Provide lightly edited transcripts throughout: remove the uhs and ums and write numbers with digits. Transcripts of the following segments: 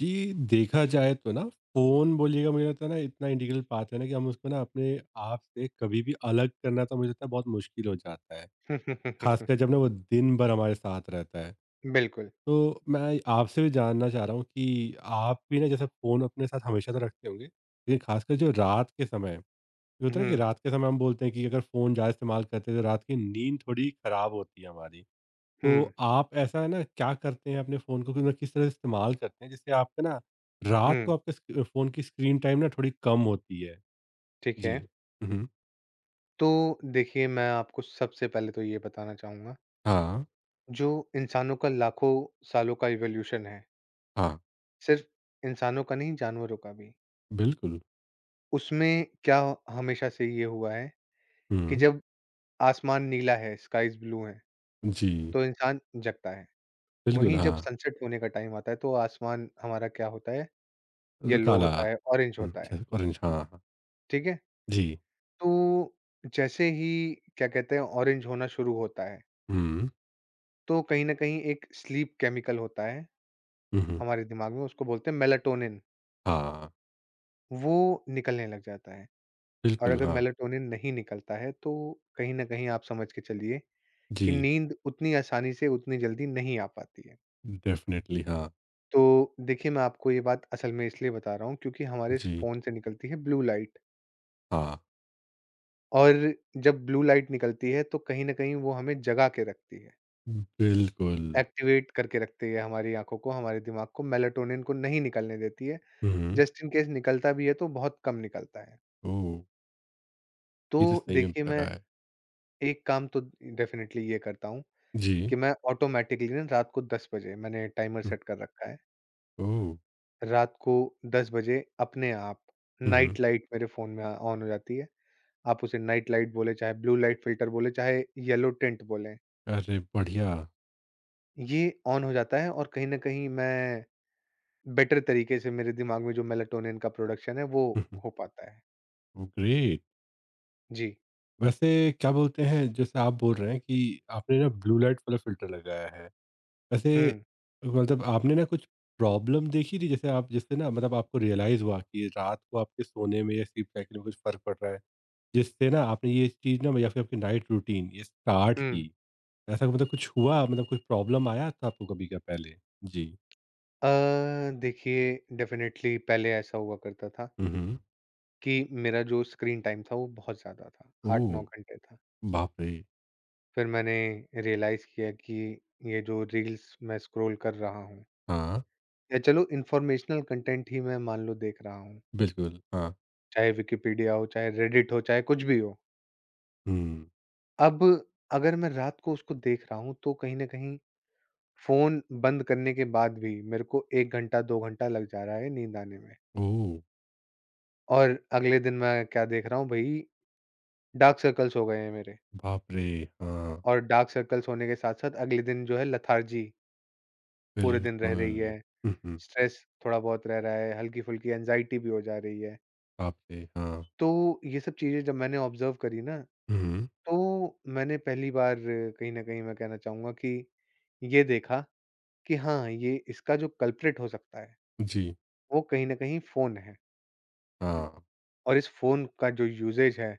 जी, देखा जाए तो ना फ़ोन बोलिएगा मुझे लगता है ना इतना इंटीग्रल पार्ट है ना कि हम उसको ना अपने आप से कभी भी अलग करना तो मुझे लगता है बहुत मुश्किल हो जाता है। ख़ासकर जब ना वो दिन भर हमारे साथ रहता है। बिल्कुल। तो मैं आपसे भी जानना चाह रहा हूँ कि आप भी ना जैसे फ़ोन अपने साथ हमेशा तो रखते होंगे, लेकिन ख़ासकर जो रात के समय है, ये होता है ना कि हुँ, रात के समय हम बोलते हैं कि अगर फ़ोन ज़्यादा इस्तेमाल करते हैं तो रात की नींद थोड़ी ख़राब होती है हमारी। तो हुँ, आप ऐसा है ना क्या करते हैं अपने फ़ोन को कि मतलब किस तरह से इस्तेमाल करते हैं जिससे आपका ना रात को हुँ, आपके स्क फ़ोन की स्क्रीन टाइम ना थोड़ी कम होती है? ठीक जी। है। हुँ। तो देखिए, मैं आपको सबसे पहले तो ये बताना चाहूँगा, हाँ, जो इंसानों का लाखों सालों का इवोल्यूशन है, हाँ, सिर्फ़ इंसानों का नहीं, जानवरों का भी। बिल्कुल। उसमें क्या हमेशा से ये हुआ है कि हुँ, जब आसमान नीला है, स्काईज़ ब्लू हैं, जी, तो इंसान जगता है। बिल्कुल वहीं जब हाँ, सनसेट होने का टाइम आता है, तो आसमान हमारा क्या होता है, र येलो काला होता है, ऑरेंज हुँ, होता है, अच्छा ऑरेंज हाँ, हाँ, ठीक है? जी। तो जैसे ही, क्या कहते हैं, ऑरेंज होना शुरू होता है हुँ, तो कहीं न कहीं एक स्लीप केमिकल होता है हुँ, हुँ, हमारे दिमाग में, उसको बोलते हैं मेलाटोनिन, हाँ, वो निकलने लग जाता है और बिल्कुल अगर हाँ, मेलाटोनिन नहीं निकलता है, तो कहीं न कहीं आप समझ के चलिए कि जी, नींद उतनी आसानी से, उतनी जल्दी नहीं आ पाती है। डेफ़िनेटली हाँ, तो देखिए, मैं आपको ये बात असल में इसलिए बता रहा हूँ क्योंकि हमारे इस जी, फ़ोन से निकलती है ब्लू लाइट हाँ, और जब ब्लू लाइट निकलती है, तो कहीं न कहीं वो हमें जगा के रखती है, बिल्कुल। एक्टिवेट करके रखती है हमारी आँखों को, हमारे दिमाग को, मेलाटोनिन को नहीं निकलने देती है हुँ, जस्ट इन केस निकलता भी है तो बहुत कम निकलता है। ओह! तो ये तो सही में देखिए बुरा मैं है। एक काम तो डेफ़िनेटली ये करता हूँ जी, कि मैं ऑटोमैटिकली ना रात को 10 बजे मैंने टाइमर हुँ, सेट कर रखा है। ओह! रात को 10 बजे अपने आप हुँ। नाइट लाइट मेरे फ़ोन में ऑन हो जाती है। आप उसे नाइट लाइट बोलें, चाहे ब्लू लाइट फ़िल्टर बोलें, चाहे येलो टिंट बोलें। अरे बढ़िया ये ऑन हो जाता है और कहीं न कहीं मैं बेटर तरीके से मेरे दिमाग में जो मेलाटोनिन का प्रोडक्शन है वो हो पाता है। ग्रेट। जी। वैसे क्या बोलते हैं जैसे आप बोल रहे हैं कि आपने ना ब्लू लाइट वाला फिल्टर लगाया है, वैसे हुँ, मतलब आपने ना कुछ प्रॉब्लम देखी थी जैसे आप जिससे ना मतलब आपको रियलाइज हुआ कि रात को आपके सोने में या स्लीप साइकिल में कुछ फर्क पड़ रहा है, जिससे ना आपने ये चीज ना या फिर आपकी नाइट रूटीन ये स्टार्ट हुँ। की। ऐसा मतलब कुछ हुआ, मतलब कुछ प्रॉब्लम आया था आपको कभी का पहले? जी। अ, देखिए डेफिनेटली पहले ऐसा हुआ करता था हम्म। कि मेरा जो स्क्रीन टाइम था वो बहुत ज़्यादा था, ओ 8-9 घंटे था। बाप रे। फिर मैंने रियलाइज़ किया कि ये जो रील्स मैं स्क्रॉल कर रहा हूँ हाँ, या चलो इन्फॉर्मेशनल कंटेंट ही मैं मान लो देख रहा हूँ, बिल्कुल हाँ। चाहे विकिपीडिया हो, चाहे रेडिट हो, चाहे कुछ भी हो। हम्म। अब अगर मैं रात को उसको देख रहा हूँ तो कहीं न कहीं फ़ोन बंद करने के बाद भी मेरे को 1 घंटा, 2 घंटा लग जा रहा है नींद आने में ओ और अगले दिन मैं क्या देख रहा हूँ भई डार्क सर्कल्स हो गए हैं मेरे बाप रे! हाँ, और डार्क सर्कल्स होने के साथ-साथ अगले दिन जो है लेथार्जी पूरे दिन रह रही बिल्कुल। है, हुँ, हुँ। स्ट्रेस थोड़ा बहुत रह रहा है, हल्की-फुल्की एंग्जायटी भी हो जा रही है। बाप रे! हाँ। तो ये सब चीज़ें जब मैंने ऑब्ज़र्व करी ना, हुँ, तो मैंने पहली बार कहीं न कहीं मैं कहना चाहूँगा कि ये देखा कि हाँ, ये इसका जो कल्प्रिट हो सकता है, जी, वो कहीं न कहीं फ़ोन है हाँ, और इस फ़ोन का जो यूसेज है,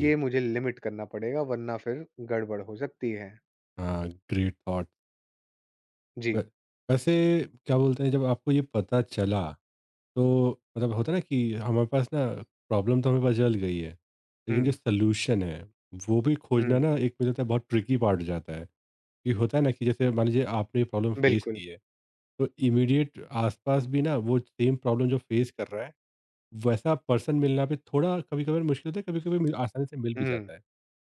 ये मुझे लिमिट करना पड़ेगा वरना फिर गड़बड़ हो सकती है। हाँ, ग्रेट थॉट। जी। व वैसे क्या बोलते हैं जब आपको ये पता चला तो मतलब होता है ना कि हमारे पास ना प्रॉब्लम तो हमें पता चल गई है, लेकिन जो हुँ, सॉल्यूशन है वो भी खोजना हुँ, ना एक मुझे लगता है बहुत ट्रिकी पार्ट हो जाता है। ये होता है ना कि जैसे मान लीजिए आपने ये प्रॉब्लम फेस बिल्कुल। की है, तो इमीडिएट आस-पास भी ना वो सेम प्रॉब्लम जो फेस कर रहा है, वैसा पर्सन मिलना भी थोड़ा कभी-कभार मुश्किल होता है, कभी-कभी मिल आसानी से मिल भी हुँ, जाता है।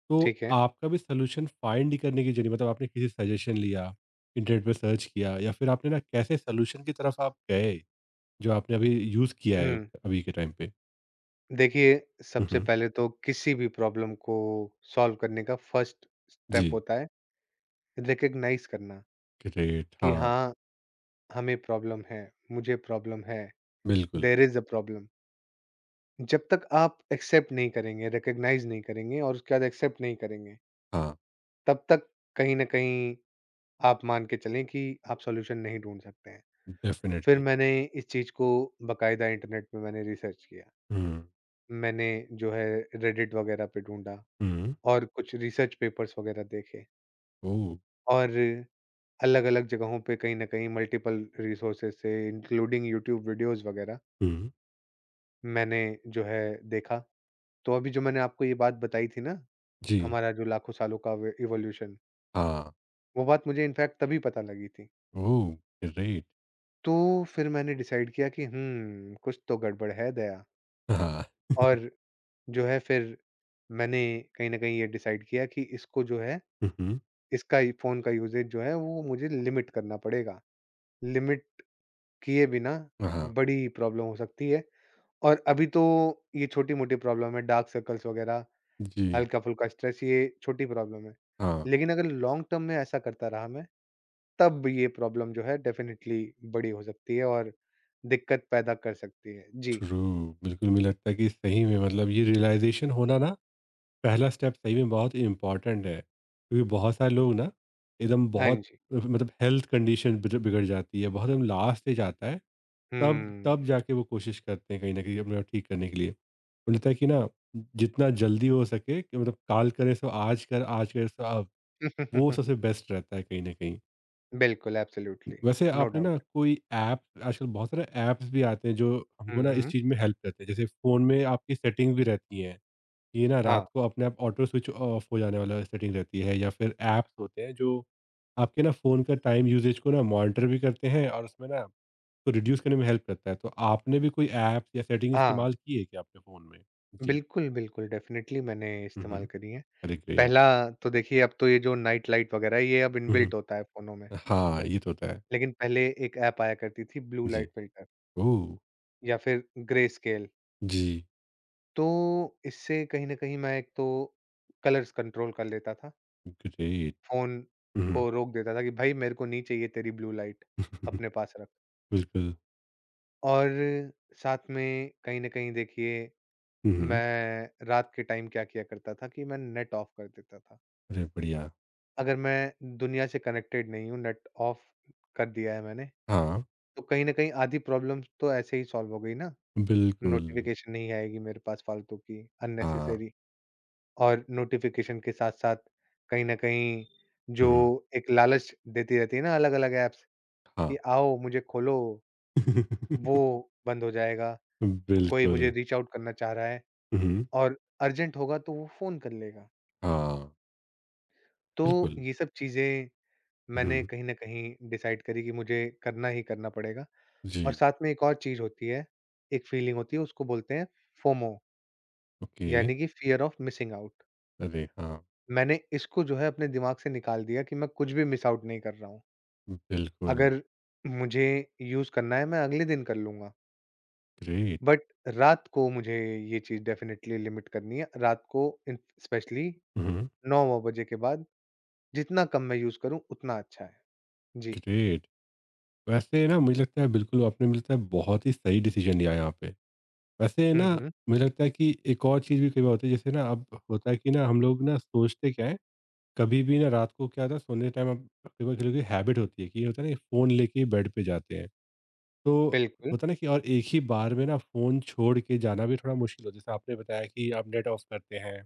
तो ठीक है। आपका भी सॉल्यूशन फाइंड करने की जर्नी मतलब आपने किसी सजेशन लिया, इंटरनेट पे सर्च किया या फिर आपने ना कैसे सॉल्यूशन की तरफ आप गए, जो आपने अभी यूज़ किया है हुँ। अभी के टाइम पे? देखिए, हुँ, सबसे हुँ। पहले तो किसी भी प्रॉब्लम को सॉल्व करने का फर्स्ट स्टेप जी, होता है रिकॉग्नाइज़ करना ग्रेट कि हाँ, हाँ, हमें प्रॉब्लम है, मुझे प्रॉब्लम है, बिल्कुल, देयर इज़ अ प्रॉब्लम। जब तक आप एक्सेप्ट नहीं करेंगे, रिकॉग्नाइज़ नहीं करेंगे और उसके बाद एक्सेप्ट नहीं करेंगे, हाँ, तब तक कहीं न कहीं आप मान के चलें कि आप सॉल्यूशन नहीं ढूँढ सकते हैं। फिर डेफ़िनिटली। मैंने इस चीज़ को बाकायदा इंटरनेट पे मैंने रिसर्च किया। हुँ, मैंने जो है रेडिट वगैरह पे ढूँढा। हुँ, और कुछ रिसर्च पेपर्स वगैरह देखे ओह! और अलग-अलग जगहों पे कहीं न कहीं मल्टीपल रिसोर्सेज़ से इंक्लूडिंग यूट्यूब वीडियोज़ वगैरह हुँ, मैंने जो है देखा। तो अभी जो मैंने आपको ये बात बताई थी ना, जी, हमारा जो लाखों सालों का व इवोल्यूशन, हाँ, वो बात मुझे इनफैक्ट तभी पता लगी थी। ओह! ग्रेट तो फिर मैंने डिसाइड किया कि हुँ, कुछ तो गड़बड़ है दया हाँ, और जो है फिर मैंने कहीं न कहीं ये डिसाइड किया कि इसको जो है हुँ, इसका फ़ोन का यूसेज जो है वो मुझे लिमिट करना पड़ेगा। लिमिट किए बिना हुँ, हाँ, बड़ी प्रॉब्लम हो सकती है और अभी तो ये छोटी-मोटी प्रॉब्लम है, डार्क सर्कल्स वगैरह, जी, हल्का-फुल्का स्ट्रेस ये छोटी प्रॉब्लम है। हाँ। लेकिन अगर लॉन्ग टर्म में ऐसा करता रहा मैं, तब ये प्रॉब्लम जो है डेफ़िनिटली बड़ी हो सकती है और दिक्कत पैदा कर सकती है। जी। ट्रू, बिल्कुल मुझे लगता है कि सही में मतलब ये रियलाइज़ेशन होना ना पहला स्टेप सही में बहुत इम्पॉर्टेंट है। क्योंकि बहुत सारे लोग ना एकदम हाँ बहुत जी। मतलब हेल्थ कंडीशन बिग बिगड़ जाती है, बहुत एकदम लास्ट स्टेज आता है, तब तब हुँ। जाके वो कोशिश करते हैं कहीं न कहीं अपने आप ठीक करने के लिए। मुझे लगता है कि ना जितना जल्दी हो सके कि मतलब काल करें सो आज कर, आज करें सो अब, वो सबसे बेस्ट रहता है कहीं न कहीं। बिल्कुल, एब्सोल्यूटली, वैसे नो आपने ना डाउट। कोई ऐप, आजकल बहुत सारे ऐप्स भी आते हैं जो हमको हुँ, ना इस हुँ। चीज़ में हेल्प करते हैं। जैसे फ़ोन में आपकी सेटिंग भी रहती हैं, ये ना हाँ, रात को अपने आप ऑटो स्विच ऑफ हो जाने वाला सेटिंग रहती है या फिर ऐप्स होते हैं जो आपके ना फ़ोन का टाइम यूसेज को ना मॉनिटर भी करते हैं और उसमें ना उसको रिड्यूस करने में हेल्प करता है। तो आपने भी कोई ऐप्स या सेटिंग हाँ। इस्तेमाल की है क्या अपने फ़ोन में? जी। बिल्कुल, बिल्कुल डेफ़िनिटली मैंने हुँ, इस्तेमाल हुँ। करी हैं। अरे ग्रेट! पहला तो देखिए अब तो ये जो नाइट लाइट वगैरह है ये अब हुँ, इनबिल्ट हुँ। होता है फ़ोनों में। हाँ, ये तो होता है। लेकिन पहले एक ऐप आया करती थी ब्लू जी। लाइट फ़िल्टर ओह! या फ़िर ग्रे स्केल। जी, तो इससे कहीं न कहीं मैं एक तो कलर्स कंट्रोल कर लेता था। ग्रेट। फ़ोन हुँ, हुँ। को रोक देता था कि भाई मेरे को नहीं चाहिए तेरी ब्लू लाइट, अपने पास रख। बिल्कुल। और साथ में कहीं न कहीं देखिए हुँ, हुँ। मैं रात के टाइम क्या किया करता था कि मैं नेट ऑफ़ कर देता था। अरे बढ़िया! अगर मैं दुनिया से कनेक्टेड नहीं हूँ नेट ऑफ़ कर दिया है मैंने हाँ, तो कहीं न कहीं आधी प्रॉब्लम्स तो ऐसे ही सॉल्व हो गई ना, बिल्कुल। नोटिफ़िकेशन नहीं आएगी मेरे पास फालतू की, हाँ। अननेसेसरी और नोटिफ़िकेशन के साथ-साथ कहीं न कहीं हुँ, जो हुँ। एक लालच देती रहती है ना अलग-अलग ऐप्स हाँ। कि आओ मुझे खोलो, वो बंद हो जाएगा, कोई मुझे बिल्कुल। रीच आउट करना चाह रहा है हुँ, हुँ। और अर्जेंट होगा तो वो फ़ोन कर लेगा। हाँ, तो बिल्कुल। ये सब चीज़ें हुँ, मैंने हुँ। कहीं न कहीं डिसाइड करी कि मुझे करना ही करना पड़ेगा और जी, साथ में एक और चीज़ होती है, एक फीलिंग होती है उसको बोलते हैं फोमो। ओके। यानी कि फ़ियर ऑफ मिसिंग आउट। अरे हाँ, मैंने इसको जो है अपने दिमाग से निकाल दिया कि मैं कुछ भी मिस आउट नहीं कर रहा हूँ। बिल्कुल। अगर मुझे यूज़ करना है मैं अगले दिन कर लूँगा। ग्रेट। बट रात को मुझे ये चीज़ डेफ़िनेटली लिमिट करनी है। रात को इन स्पेशली हुँ, हुँ। 9-9 बजे के बाद जितना कम मैं यूज़ करूँ उतना अच्छा है। जी। ग्रेट। वैसे ना मुझे लगता है बिल्कुल आपने मुझे लगता है बहुत ही सही डिसीज़न लिया यहाँ पे। वैसे हुँ, ना हुँ। मुझे लगता है कि एक और चीज़ भी कई बार होती है जैसे ना अब होता है कि ना हम लोग ना सोचते क्या है, कभी भी ना रात को क्या होता है सोने टाइम अब कई बार लोगों की हैबिट होती है कि ये होता है ना फ़ोन लेके बेड पे जाते हैं। तो बिल्कुल। होता है ना कि और एक ही बार में ना फ़ोन छोड़ के जाना भी थोड़ा मुश्किल होता है। जैसे आपने बताया कि आप नेट ऑफ़ करते हैं।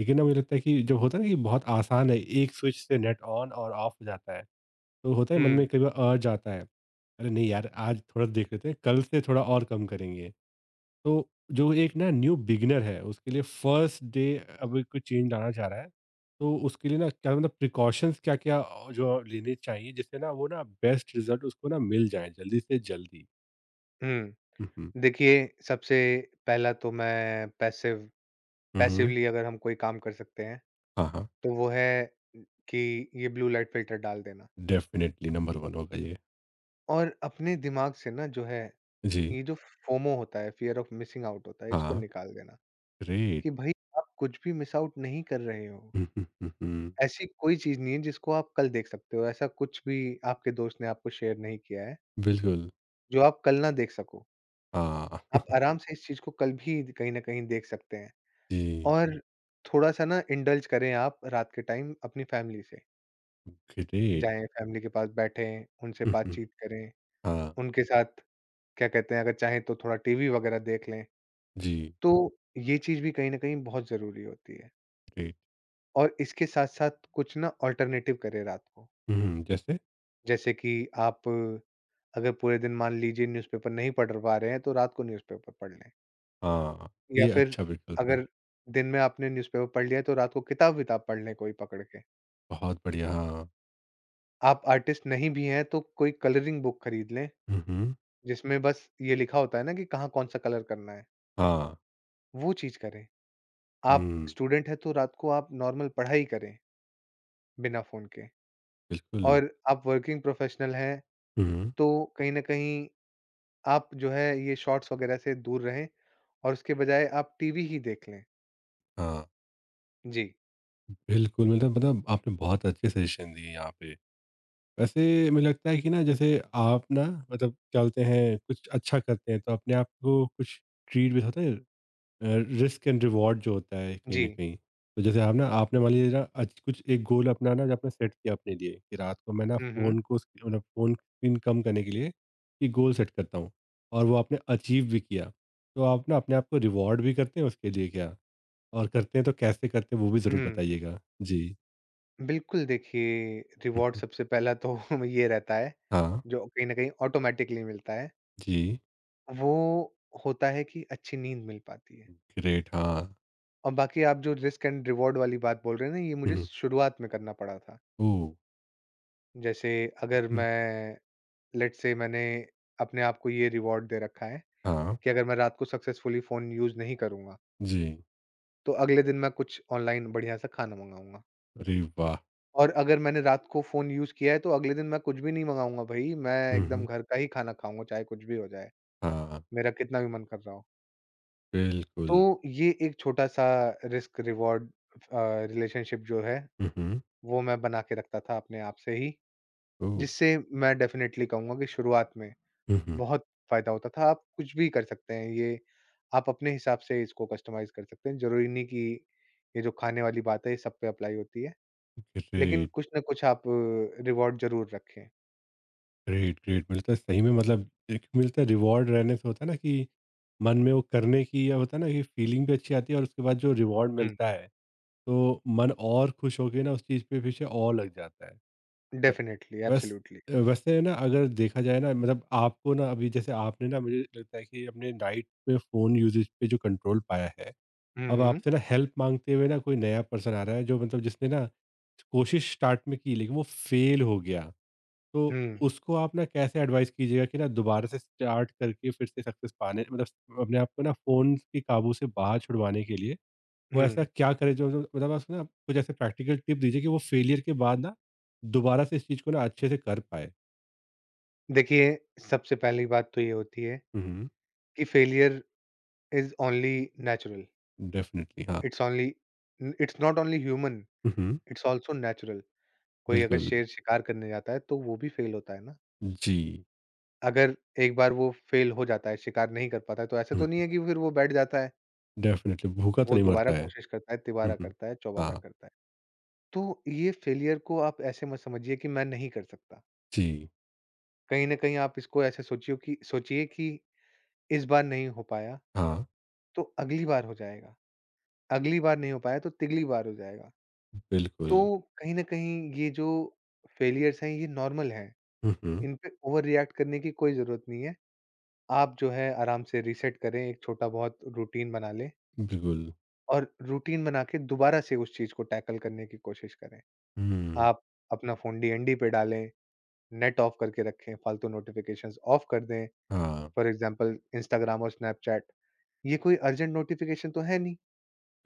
लेकिन ना मुझे लगता है कि जो होता है ना कि बहुत आसान है, एक स्विच से नेट ऑन और ऑफ़ हो जाता है। तो होता है मन हुँ, में कई बार अर्ज आता है, अरे नहीं यार आज थोड़ा देख लेते हैं, कल से थोड़ा और कम करेंगे। तो जो एक ना न्यू बिगिनर है उसके लिए फर्स्ट डे अभी कोई चेंज लाना चाह रहा है तो उसके लिए ना क्या मतलब प्रिकॉशंस क्या क्या जो लेने चाहिए जिससे ना वो ना बेस्ट रिजल्ट उसको ना मिल जाए जल्दी से जल्दी? हुँ। हम्म। देखिए सबसे पहला तो मैं हम्म, पैसिवली अगर हम कोई काम कर सकते हैं, हाँ हाँ। तो वो है कि ये ब्लू लाइट फ़िल्टर डाल देना। डेफिनेटली नंबर वन होगा ये। और अपने दिमाग से ना जो है, जी। ये जो फोमो होता है, फ़ियर ऑफ मिसिंग आउट होता है, इसको हाँ, निकाल देना ग्रेट। कि भई आप कुछ भी मिस आउट नहीं कर रहे हो। हम्म, हम्म, हम्म, हम्म, ऐसी कोई चीज़ नहीं है जिसको आप कल देख सकते हो, ऐसा कुछ भी आपके दोस्त ने आपको शेयर नहीं किया है, बिल्कुल जो आप कल ना देख सको। हाँ आप आराम से इस चीज़ को कल भी कहीं न कहीं देख सकते हैं जी और थोड़ा-सा ना इंडल्ज करें आप रात के टाइम अपनी फ़ैमिली से। ग्रेट। जाएँ, फ़ैमिली के पास बैठें, उनसे हम्म, हम्म, बातचीत करें, हाँ उनके साथ क्या कहते हैं, अगर चाहें तो थोड़ा टीवी वग़ैरह देख लें। जी तो ये चीज़ भी कहीं न कहीं बहुत ज़रूरी होती है ग्रेट। और इसके साथ-साथ कुछ ना अल्टरनेटिव करें रात को। जैसे जैसे कि आप अगर पूरे दिन मान लीजिए न्यूज़पेपर नहीं पढ़ पा रहे हैं, तो रात को न्यूज़पेपर पढ़ लें हाँ या ये फिर अच्छा विकल्प है। अगर दिन में आपने न्यूज़पेपर पढ़ लिया है, तो रात को किताब-विताब पढ़ लें कोई पकड़ के। बहुत बढ़िया हाँ। आप आर्टिस्ट नहीं भी हैं, तो कोई कलरिंग बुक खरीद लें, हम्म। जिसमें बस ये लिखा होता है ना कि कहाँ कौन-सा कलर करना है, हाँ। वो चीज़ करें। आप हुँ, स्टूडेंट हैं, तो रात को आप नॉर्मल पढ़ाई करें बिना फ़ोन के। बिल्कुल। और आप वर्किंग प्रोफेशनल हैं, हुँ, तो कहीं न कहीं आप जो है ये शॉर्ट्स वगैरह से दूर रहें और उसके बजाय आप टीवी ही देख लें। हाँ, जी, बिल्कुल मतलब मतलब आपने बहुत अच्छे सजेशन दिए यहाँ पे। वैसे मुझे लगता है कि ना जैसे आप ना मतलब क्या बोलते हैं कुछ अच्छा करते हैं तो अपने आप को कुछ ट्रीट भी होता है, अ, रिस्क एंड रिवॉर्ड जो होता है कहीं न जी। कहीं। तो जैसे आप ना आपने मान लीजिए ना आज कुछ एक गोल अपना ना जो आपने सेट किया अपने लिए कि रात को मैं ना हुँ, हुँ। फ़ोन को स्क मतलब फ़ोन स्क्रीन कम करने के लिए एक गोल सेट करता हूँ और वो आपने अचीव भी किया। तो आप ना अपने आप को रिवॉर्ड भी करते हैं उसके लिए क्या? और करते हैं तो कैसे करते हैं वो भी ज़रूर हुँ। बताइएगा। जी। बिल्कुल देखिए, हुँ, रिवॉर्ड हुँ। सबसे पहला तो ये रहता है, हाँ, जो कहीं न कहीं ऑटोमैटिकली मिलता है, जी। वो होता है कि अच्छी नींद मिल पाती है। ग्रेट हाँ। और बाकी आप जो रिस्क एंड रिवॉर्ड वाली बात बोल रहे हैं ना, ये हुँ, मुझे हुँ। शुरुआत में करना पड़ा था। ओह! जैसे अगर हुँ, मैं लेट्स से मैंने अपने आप को ये रिवॉर्ड दे रखा है हाँ, कि अगर मैं रात को सक्सेसफुली फ़ोन यूज़ नहीं करूँगा, जी। तो अगले दिन मैं कुछ ऑनलाइन बढ़िया सा खाना मँगाऊँगा। अरे वाह! और अगर मैंने रात को फ़ोन यूज़ किया है, तो अगले दिन मैं कुछ भी नहीं मँगाऊँगा भई, मैं हुँ, हुँ। एकदम घर का ही खाना खाऊँगा, चाहे कुछ भी हो जाए, हाँ, मेरा कितना भी मन कर रहा हो। तो बिल्कुल। ये एक छोटा-सा रिस्क रिवॉर्ड रिलेशनशिप जो है, हुँ, हुँ। वो मैं बना के रखता था अपने आप से ही, ओह! जिससे मैं डेफ़िनेटली कहूँगा कि शुरुआत में हुँ, हुँ। बहुत फ़ायदा होता था। आप कुछ भी कर सकते हैं, ये आप अपने हिसाब से इसको कस्टमाइज़ कर सकते हैं। ज़रूरी नहीं कि ये जो खाने वाली बात है, ये सब पे अप्लाई होती है। लेकिन ग्रेट, कुछ ना कुछ आप रिवॉर्ड ज़रूर रखें। ग्रेट, ग्रेट मिलता है सही में मतलब एक मिलता है रिवॉर्ड रहने से, होता है ना कि मन में वो करने की या होता है ना कि फीलिंग भी अच्छी आती है और उसके बाद जो रिवॉर्ड हुँ। मिलता है, तो मन और खुश होके ना उस चीज़ पे पीछे और लग जाता है। ब- डेफ़िनिटली, बस एब्सोल्यूटली। वैसे ना अगर देखा जाए ना मतलब आपको ना अभी जैसे आपने ना मुझे लगता है कि अपने नाइट में फ़ोन यूसेज पे जो कंट्रोल पाया है, हुँ, अब हुँ। आपसे ना हेल्प माँगते हुए ना कोई नया पर्सन आ रहा है जो मतलब जिसने ना कोशिश स्टार्ट में की लेकिन वो फ़ेल हो गया। तो हुँ, उसको आप ना कैसे एडवाइस कीजिएगा कि ना दोबारा से स्टार्ट करके फिर से सक्सेस पाने मतलब अपने आप को ना फ़ोन के काबू से बाहर छुड़वाने के लिए वो हुँ। ऐसा क्या करे, जो जो मतलब आप ना कुछ ऐसे प्रैक्टिकल टिप दीजिए कि वो फेलियर के बाद ना दोबारा से इस चीज़ को ना अच्छे से कर पाए? देखिए, सबसे पहली बात तो ये होती है हुँ। कि failure is only natural. Definitely हाँ। इट्स ओनली न it's not only human, hmm, hmm. It's also natural. कोई अगर बिल्कुल, शेर शिकार करने जाता है, तो वो भी फेल होता है ना। जी। अगर एक बार वो फ़ेल हो जाता है, शिकार नहीं कर पाता है, तो ऐसा हुँ, तो नहीं हुँ। है कि फिर वो बैठ जाता है? डेफ़िनिटली भूखा तो वो नहीं मरता दोबारा है। कोशिश करता है, हुँ, तिबारा हुँ। करता है, चौबारा हाँ, करता है। तो ये फ़ेलियर को आप ऐसे मत समझिए कि मैं नहीं कर सकता। जी, कहीं न कहीं आप इसको ऐसे सोचियो कि सोचिए कि इस बार नहीं हो पाया, हाँ, तो अगली बार हो जाएगा। अगली बार नहीं हो पाया, तो तिगली बार हो जाएगा। बिल्कुल। तो कहीं न कहीं ये जो फ़ेलियर्स हैं, ये नॉर्मल हैं। हुँ, हुँ। इन पे ओवर रिएक्ट करने की कोई ज़रूरत नहीं है। आप जो है आराम से रीसेट करें, एक छोटा-बहुत रूटीन बना लें। बिल्कुल। और रूटीन बना के दोबारा से उस चीज़ को टैकल करने की कोशिश करें। हुँ। आप अपना फ़ोन डीएनडी पे डालें, नेट ऑफ करके रखें, फ़ालतू नोटिफ़िकेशंस ऑफ कर दें। हाँ, फ़ॉर एग्ज़ाम्पल इंस्टाग्राम और स्नैपचैट, ये कोई अर्जेंट नोटिफ़िकेशन तो है नहीं।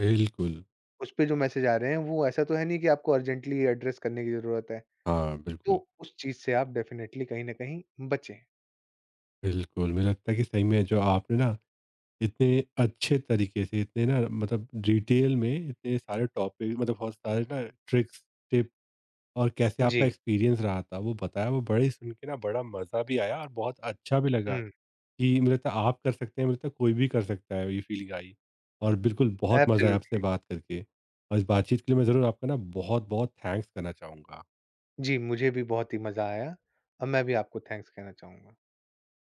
बिल्कुल। उस पे जो मैसेज आ रहे हैं वो ऐसा तो है नहीं कि आपको अर्जेंटली एड्रेस करने की ज़रूरत है। हाँ, तो बिल्कुल, उस चीज़ से आप डेफ़िनेटली कहीं न कहीं बचें। बिल्कुल। मुझे लगता है कि सही में जो आपने ना इतने अच्छे तरीके से इतने ना मतलब डिटेल में इतने सारे टॉपिक मतलब बहुत सारे ना ट्रिक्स, टिप और कैसे आपका जी। एक्सपीरियंस रहा था वो बताया, वो बड़े ही सुन के ना बड़ा मज़ा भी आया और बहुत अच्छा भी लगा हुँ, कि मुझे लगता है आप कर सकते हैं, मुझे लगता है कोई भी कर सकता है ये फीलिंग आई, और बिल्कुल बहुत मज़ा आया आपसे एब्सोल्यूटली। बात करके, और इस बातचीत के लिए मैं ज़रूर आपका ना बहुत बहुत थैंक्स करना चाहूँगा। जी, मुझे भी बहुत ही मज़ा आया और मैं भी आपको थैंक्स कहना चाहूँगा।